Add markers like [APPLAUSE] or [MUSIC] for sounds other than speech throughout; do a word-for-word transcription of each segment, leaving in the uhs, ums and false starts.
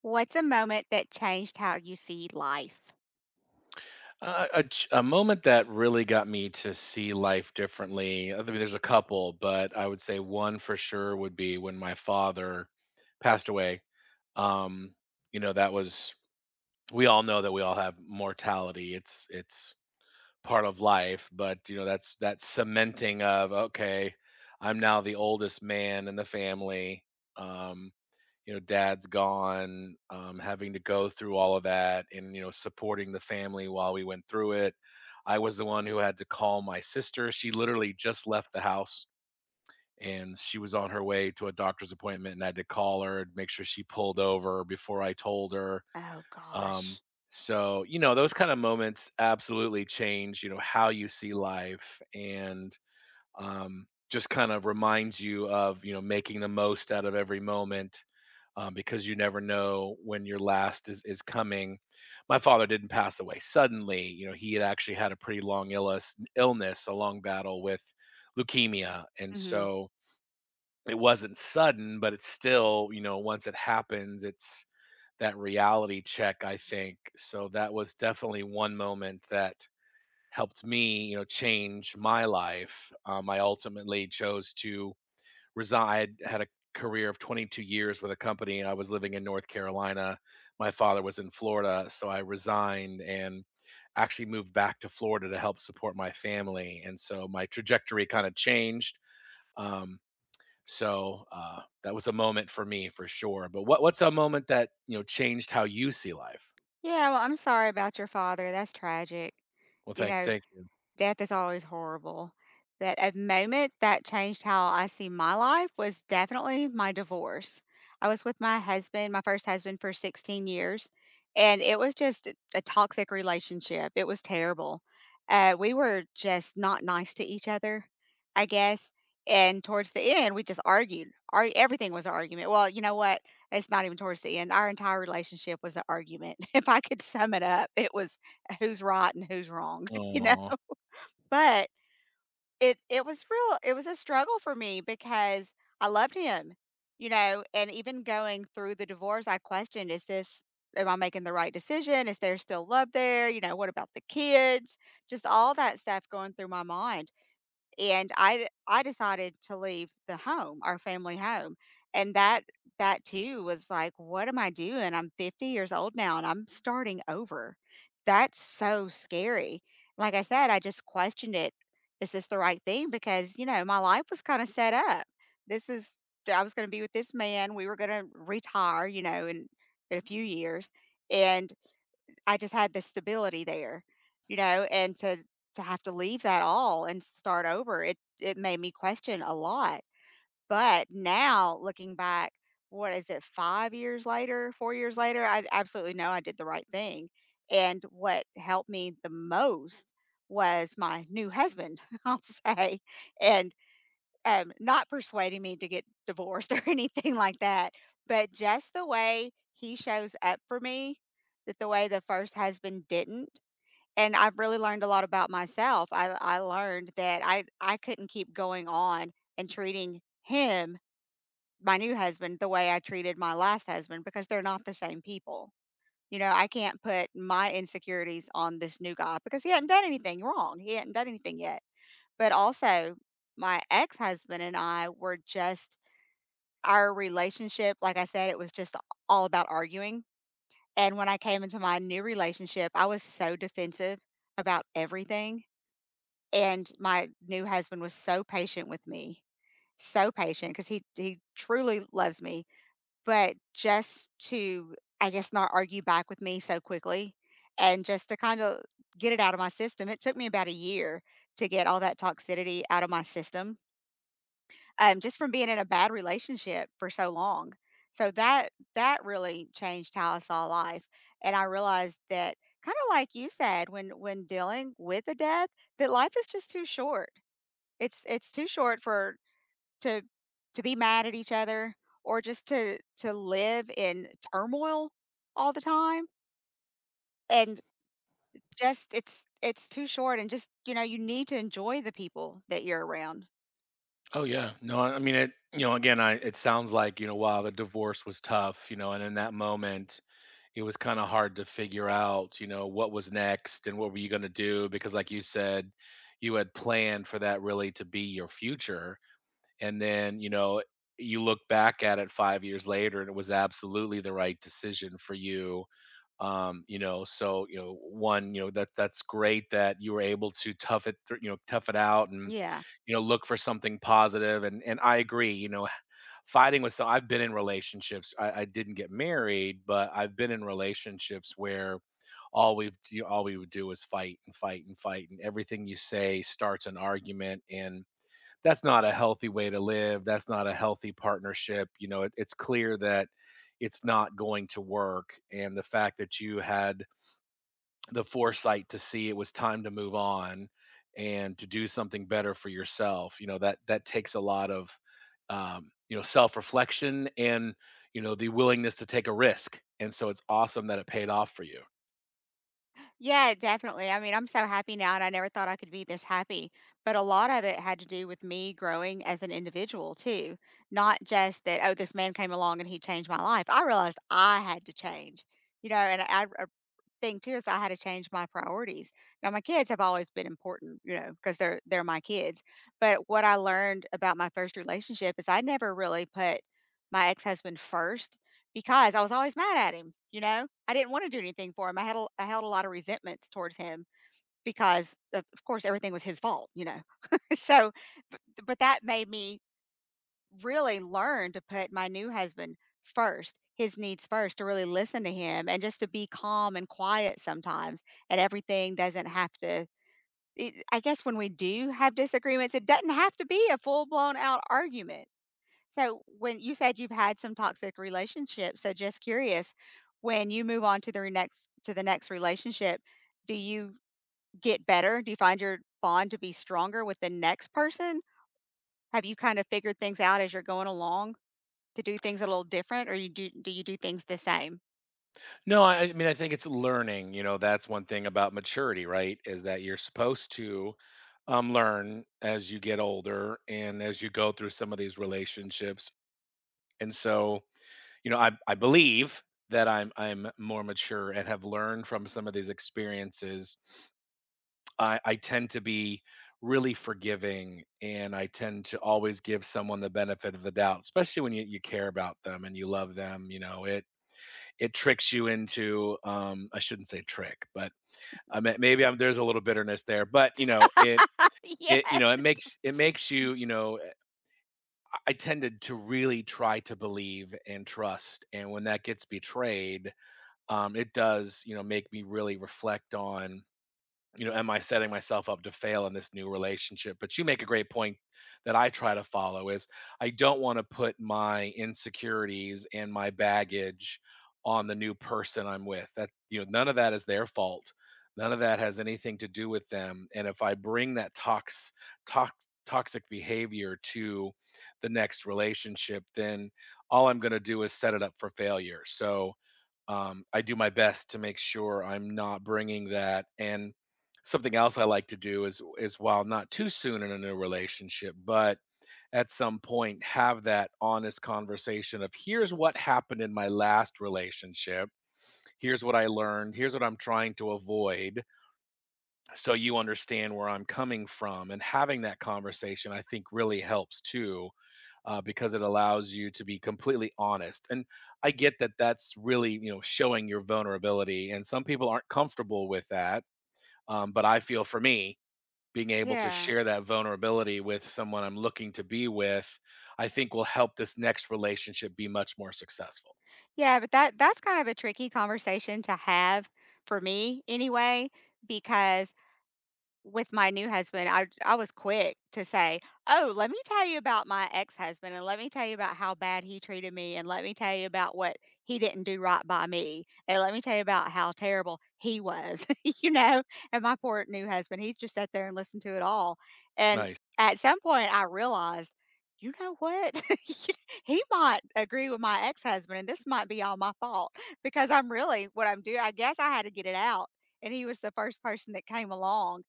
What's a moment that changed how you see life? Uh, a, ch- a moment that really got me to see life differently. I mean, there's a couple, but I would say one for sure would be when my father passed away. Um, you know, that was we all know that we all have mortality. It's it's part of life, but you know, that's that cementing of okay, I'm now the oldest man in the family. Um, you know dad's gone, um, having to go through all of that and you know supporting the family while we went through it. I was the one who had to call my sister. She literally just left the house and she was on her way to a doctor's appointment and I had to call her and make sure she pulled over before I told her. Oh um, gosh. so you know those kind of moments absolutely change you know how you see life, and um, just kind of reminds you of you know making the most out of every moment, um, because you never know when your last is is coming. My father didn't pass away suddenly. You know, he had actually had a pretty long illness, illness, a long battle with leukemia, and hmm so it wasn't sudden, but it's still you know once it happens, it's that reality check. I think so. That was definitely one moment that helped me, you know, change my life. Um, I ultimately chose to resign. I had, had a career of twenty-two years with a company. I was living in North Carolina. My father was in Florida, so I resigned and actually moved back to Florida to help support my family. And so my trajectory kind of changed. Um, so uh, that was a moment for me for sure. But what what's a moment that you know changed how you see life? Yeah, well, I'm sorry about your father. That's tragic. Well, You thank know, thank you. death is always horrible, but a moment that changed how I see my life was definitely my divorce. I was with my husband, my first husband, for sixteen years, and it was just a a toxic relationship. It was terrible. Uh, we were just not nice to each other, I guess. And towards the end, we just argued. Ar- everything was an argument. Well, you know what? It's not even towards the end. Our entire relationship was an argument. [LAUGHS] If I could sum it up, it was who's right and who's wrong, [LAUGHS] you know? Aw. But it it was real it was a struggle for me because I loved him, you know, and even going through the divorce, I questioned, is this am I making the right decision? Is there still love there? You know, what about the kids? Just all that stuff going through my mind. And I d I decided to leave the home, our family home, and that that too was like, "What am I doing? I'm fifty years old now, and I'm starting over." That's so scary. Like I said, I just questioned it. Is this the right thing? Because, you know, my life was kinda set up. This is I was gonna be with this man, we were gonna retire, you know, in in a few years, and I just had the stability there, you know, and to to have to leave that all and start over, it it made me question a lot. But now looking back, what is it, five years later, four years later, I absolutely know I did the right thing. And what helped me the most was my new husband, [LAUGHS] I'll say. And um, not persuading me to get divorced [LAUGHS] or anything like that, but just the way he shows up for me, that the way the first husband didn't. And I've really learned a lot about myself. I I learned that I I couldn't keep going on and treating him, my new husband, the way I treated my last husband because they're not the same people. You know, I can't put my insecurities on this new guy because he hadn't done anything wrong. He hadn't done anything yet. But also, my ex-husband and I were just our relationship, like I said, it was just all about arguing. And when I came into my new relationship, I was so defensive about everything. And my new husband was so patient with me, so patient because he, he truly loves me. But just to, I guess, not argue back with me so quickly and just to kind of get it out of my system, it took me about a year to get all that toxicity out of my system um, just from being in a bad relationship for so long. So that that really changed how I saw life, and I realized that kind of like you said, when when dealing with a death, that life is just too short. It's it's too short for to to be mad at each other or just to to live in turmoil all the time. And just it's it's too short, and just you know you need to enjoy the people that you're around. Oh yeah. No, I I mean it, you know, again, I it sounds like, you know, wow, the divorce was tough, you know, and in that moment it was kind of hard to figure out, you know, what was next and what were you going to do because like you said, you had planned for that really to be your future and then, you know, you look back at it five years later and it was absolutely the right decision for you. Um you know so you know one you know that that's great that you were able to tough it through you know tough it out and Yeah. you know look for something positive, and and I agree you know fighting with so I've been in relationships i, I didn't get married but I've been in relationships where all we you all we would do is fight and fight and fight and everything you say starts an argument, and that's not a healthy way to live. That's not a healthy partnership. You know, it, it's clear that it's not going to work. And the fact that you had the foresight to see it was time to move on and to do something better for yourself, you know, that that takes a lot of um, you know, self-reflection, and you know, the willingness to take a risk. And so it's awesome that it paid off for you. Yeah, definitely. I mean, I'm so happy now, and I never thought I could be this happy. But a lot of it had to do with me growing as an individual, too. Not just that, oh, this man came along and he changed my life. I realized I had to change, you know, and I thing too is I had to change my priorities. Now my kids have always been important, you know, because they're they're my kids. But what I learned about my first relationship is I never really put my ex-husband first because I was always mad at him, you know? I didn't want to do anything for him. I had a, I held a lot of resentments towards him because of, of course everything was his fault, you know. [LAUGHS] So but, but that made me really learn to put my new husband first, his needs first, to really listen to him and just to be calm and quiet sometimes. And everything doesn't have to, it, I guess, when we do have disagreements, it doesn't have to be a full blown out argument. So, when you said you've had some toxic relationships, so just curious, when you move on to the re- next to the next relationship, do you get better? Do you find your bond to be stronger with the next person? Have you kind of figured things out as you're going along? To do things a little different or you do do you do things the same? No, I I mean, I think it's learning, you know, that's one thing about maturity, right? Is that you're supposed to um, learn as you get older and as you go through some of these relationships. And so, you know, I, I believe that I'm I'm more mature and have learned from some of these experiences. I, I tend to be really forgiving, and I tend to always give someone the benefit of the doubt, especially when you, you care about them and you love them. You know, it it tricks you into um I shouldn't say trick, but I mean maybe I'm there's a little bitterness there, but you know it [LAUGHS] it you know it Yes. makes it makes you you know eh, i I tended to really try to believe and trust, and when that gets betrayed um it does you know make me really reflect on you know, am I setting myself up to fail in this new relationship? But you make a great point that I try to follow is I don't want to put my insecurities and my baggage on the new person I'm with. That you know, none of that is their fault. None of that has anything to do with them. And if I bring that tox tox toxic behavior to the next relationship, then all I'm going to do is set it up for failure. So um, I do my best to make sure I'm not bringing that. And something else I like to do is is while not too soon in a new relationship, but at some point have that honest conversation of here's what happened in my last relationship, here's what I learned, here's what I'm trying to avoid, so you understand where I'm coming from. And having that conversation, I think, really helps too, uh, because it allows you to be completely honest. And I get that that's really, you know, showing your vulnerability. And some people aren't comfortable with that. Um, but I feel for me, being able to Yeah. share that vulnerability with someone I'm looking to be with, I think will help this next relationship be much more successful. Yeah, but that that's kind of a tricky conversation to have for me anyway because with my new husband, I I was quick to say, "Oh, let me tell you about my ex-husband, and let me tell you about how bad he treated me, and let me tell you about what he didn't do right by me, and let me tell you about how terrible he was," [LAUGHS] you know? And my poor new husband, he just sat there and listened to it all, and Nice, at some point, I realized, "You know what? [LAUGHS] You he might agree with my ex-husband, and this might be all my fault because I'm really what I'm doing I guess I had to get it out, and he was the first person that came along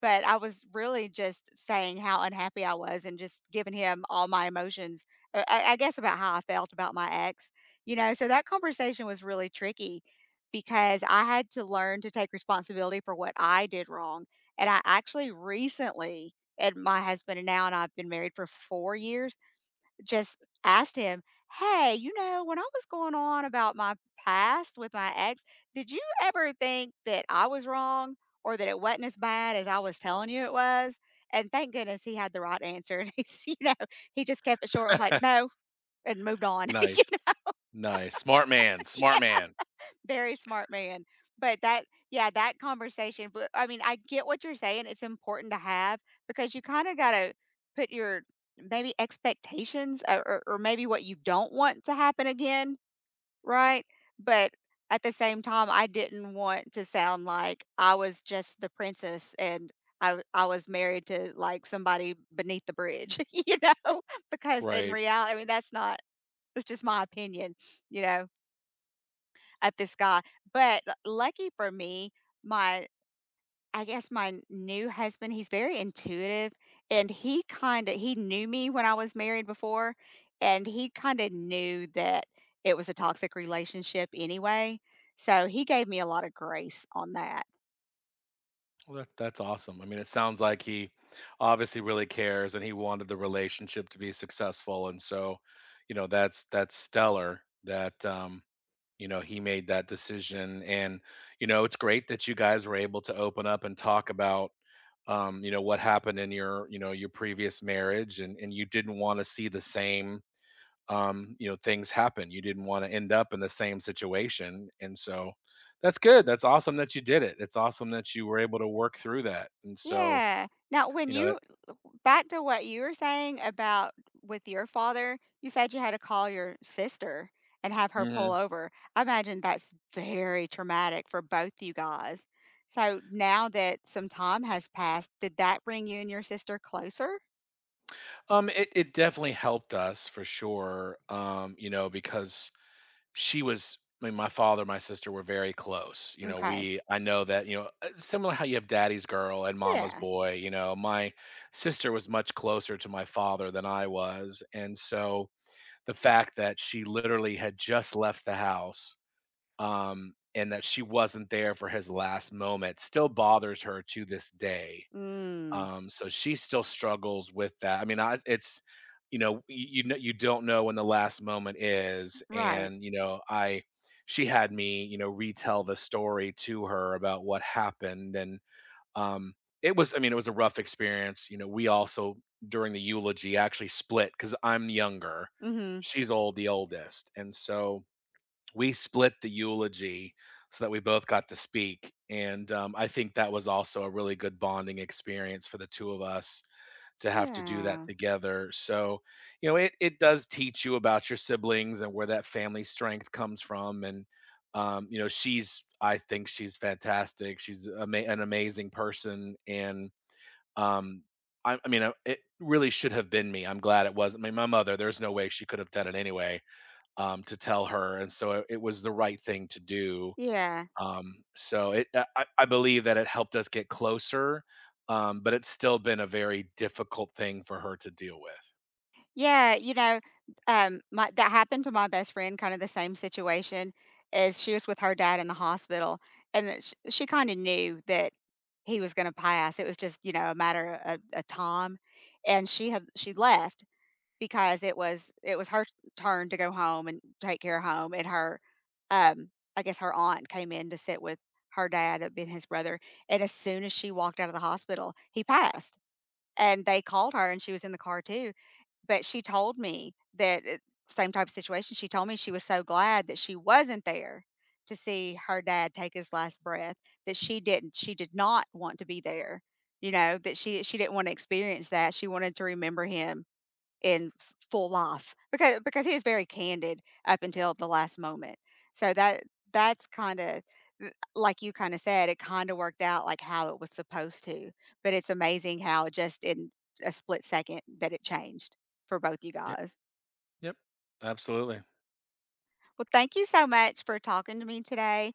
but I was really just saying how unhappy I was and just giving him all my emotions, uh, I I guess about how I felt about my ex, you know?" So that conversation was really tricky because I had to learn to take responsibility for what I did wrong. And I actually recently and my husband and now and I've been married for four years just asked him, "Hey, you know, when I was going on about my past with my ex, did you ever think that I was wrong or that it wasn't as bad as I was telling you it was?" And thank goodness he had the right answer. [LAUGHS] And he's, you know, he just kept it short and was like, "No," and moved on. nice, [LAUGHS] nice. Smart man, Yeah, smart man. very smart man. But that, yeah, that conversation. But I mean, I get what you're saying. It's important to have because you kind of got to put your maybe expectations or, or, or maybe what you don't want to happen again, right? But at the same time, I didn't want to sound like I was just the princess and I w I was married to, like, somebody beneath the bridge, [LAUGHS] you know? [LAUGHS] Because in Right. reality I mean, that's not it's just my opinion, you know, of this guy. But l lucky for me, my I guess my new husband, he's very intuitive, and he kinda he knew me when I was married before, and he kinda knew that it was a toxic relationship anyway, so he gave me a lot of grace on that. Well, that, that's awesome. I mean, it sounds like he obviously really cares, and he wanted the relationship to be successful, and so, you know, that's that's stellar that, um, you know he made that decision, and you know, it's great that you guys were able to open up and talk about um, you know what happened in your you know your previous marriage, and and you didn't want to see the same, um, you know, things happen. You didn't want to end up in the same situation. And so that's good. That's awesome that you did it. It's awesome that you were able to work through that. And so, Yeah. Now, when you know, you that, back to what you were saying about with your father, you said you had to call your sister and have her pull Mhm. over. I imagine that's very traumatic for both you guys. So now that some time has passed, did that bring you and your sister closer? um, it, it definitely helped us for sure. Um, you know, because she was, I mean, my father, my sister were very close. You know, Okay. we, I know that, you know, uh, similar how you have daddy's girl and mama's Yeah. boy, you know, my sister was much closer to my father than I was. And so, the fact that she literally had just left the house, um, and that she wasn't there for his last moment still bothers her to this day. Mm. Um, so she still struggles with that. I mean, I, it's you know, you, you know, you don't know when the last moment is, Right. and you know, I she had me you know retell the story to her about what happened, and um, it was, I mean, it was a rough experience. You know, we also during the eulogy actually split because I'm younger, Mm-hmm. she's old, the oldest, and so we split the eulogy so that we both got to speak. And um, I think that was also a really good bonding experience for the two of us to have to do that Yeah. together. So, you know, it it does teach you about your siblings and where that family strength comes from. And um, you know, she's I think she's fantastic. She's ama- an amazing person, and um, I, I mean, uh, it really should have been me. I'm glad it wasn't. I mean, my mother. There's no way she could have done it anyway, um, to tell her, and so it, it was the right thing to do. Yeah. Um, so it, I, I I believe that it helped us get closer, um, but it's still been a very difficult thing for her to deal with. Yeah, you know, um, my that happened to my best friend, kind of the same situation as she was with her dad in the hospital, and that sh she kind of knew that he was gonna pass. It was just, you know, a matter of a time, and she had she left because it was it was her turn to go home and take care of home, and her, um, I guess her aunt came in to sit with her dad, that'd been his brother, and as soon as she walked out of the hospital, he passed, and they called her, and she was in the car too, but she told me that it same type of situation, she told me she was so glad that she wasn't there to see her dad take his last breath, that she didn't she did not want to be there, you know, that she she didn't wanna experience that, she wanted to remember him in f full life because because he was very candid up until the last moment. So that that's kinda like you kinda said, it kinda worked out like how it was supposed to, but it's amazing how just in a split second that it changed for both you Yep, guys. yep, absolutely. Well, thank you so much for talking to me today.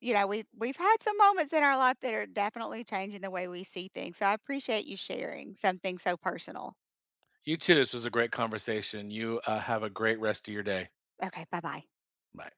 You know, we've we've had some moments in our life that are definitely changing the way we see things, so I appreciate you sharing something so personal. You too. This was a great conversation. You uh, have a great rest of your day. Okay, bye-bye. Bye.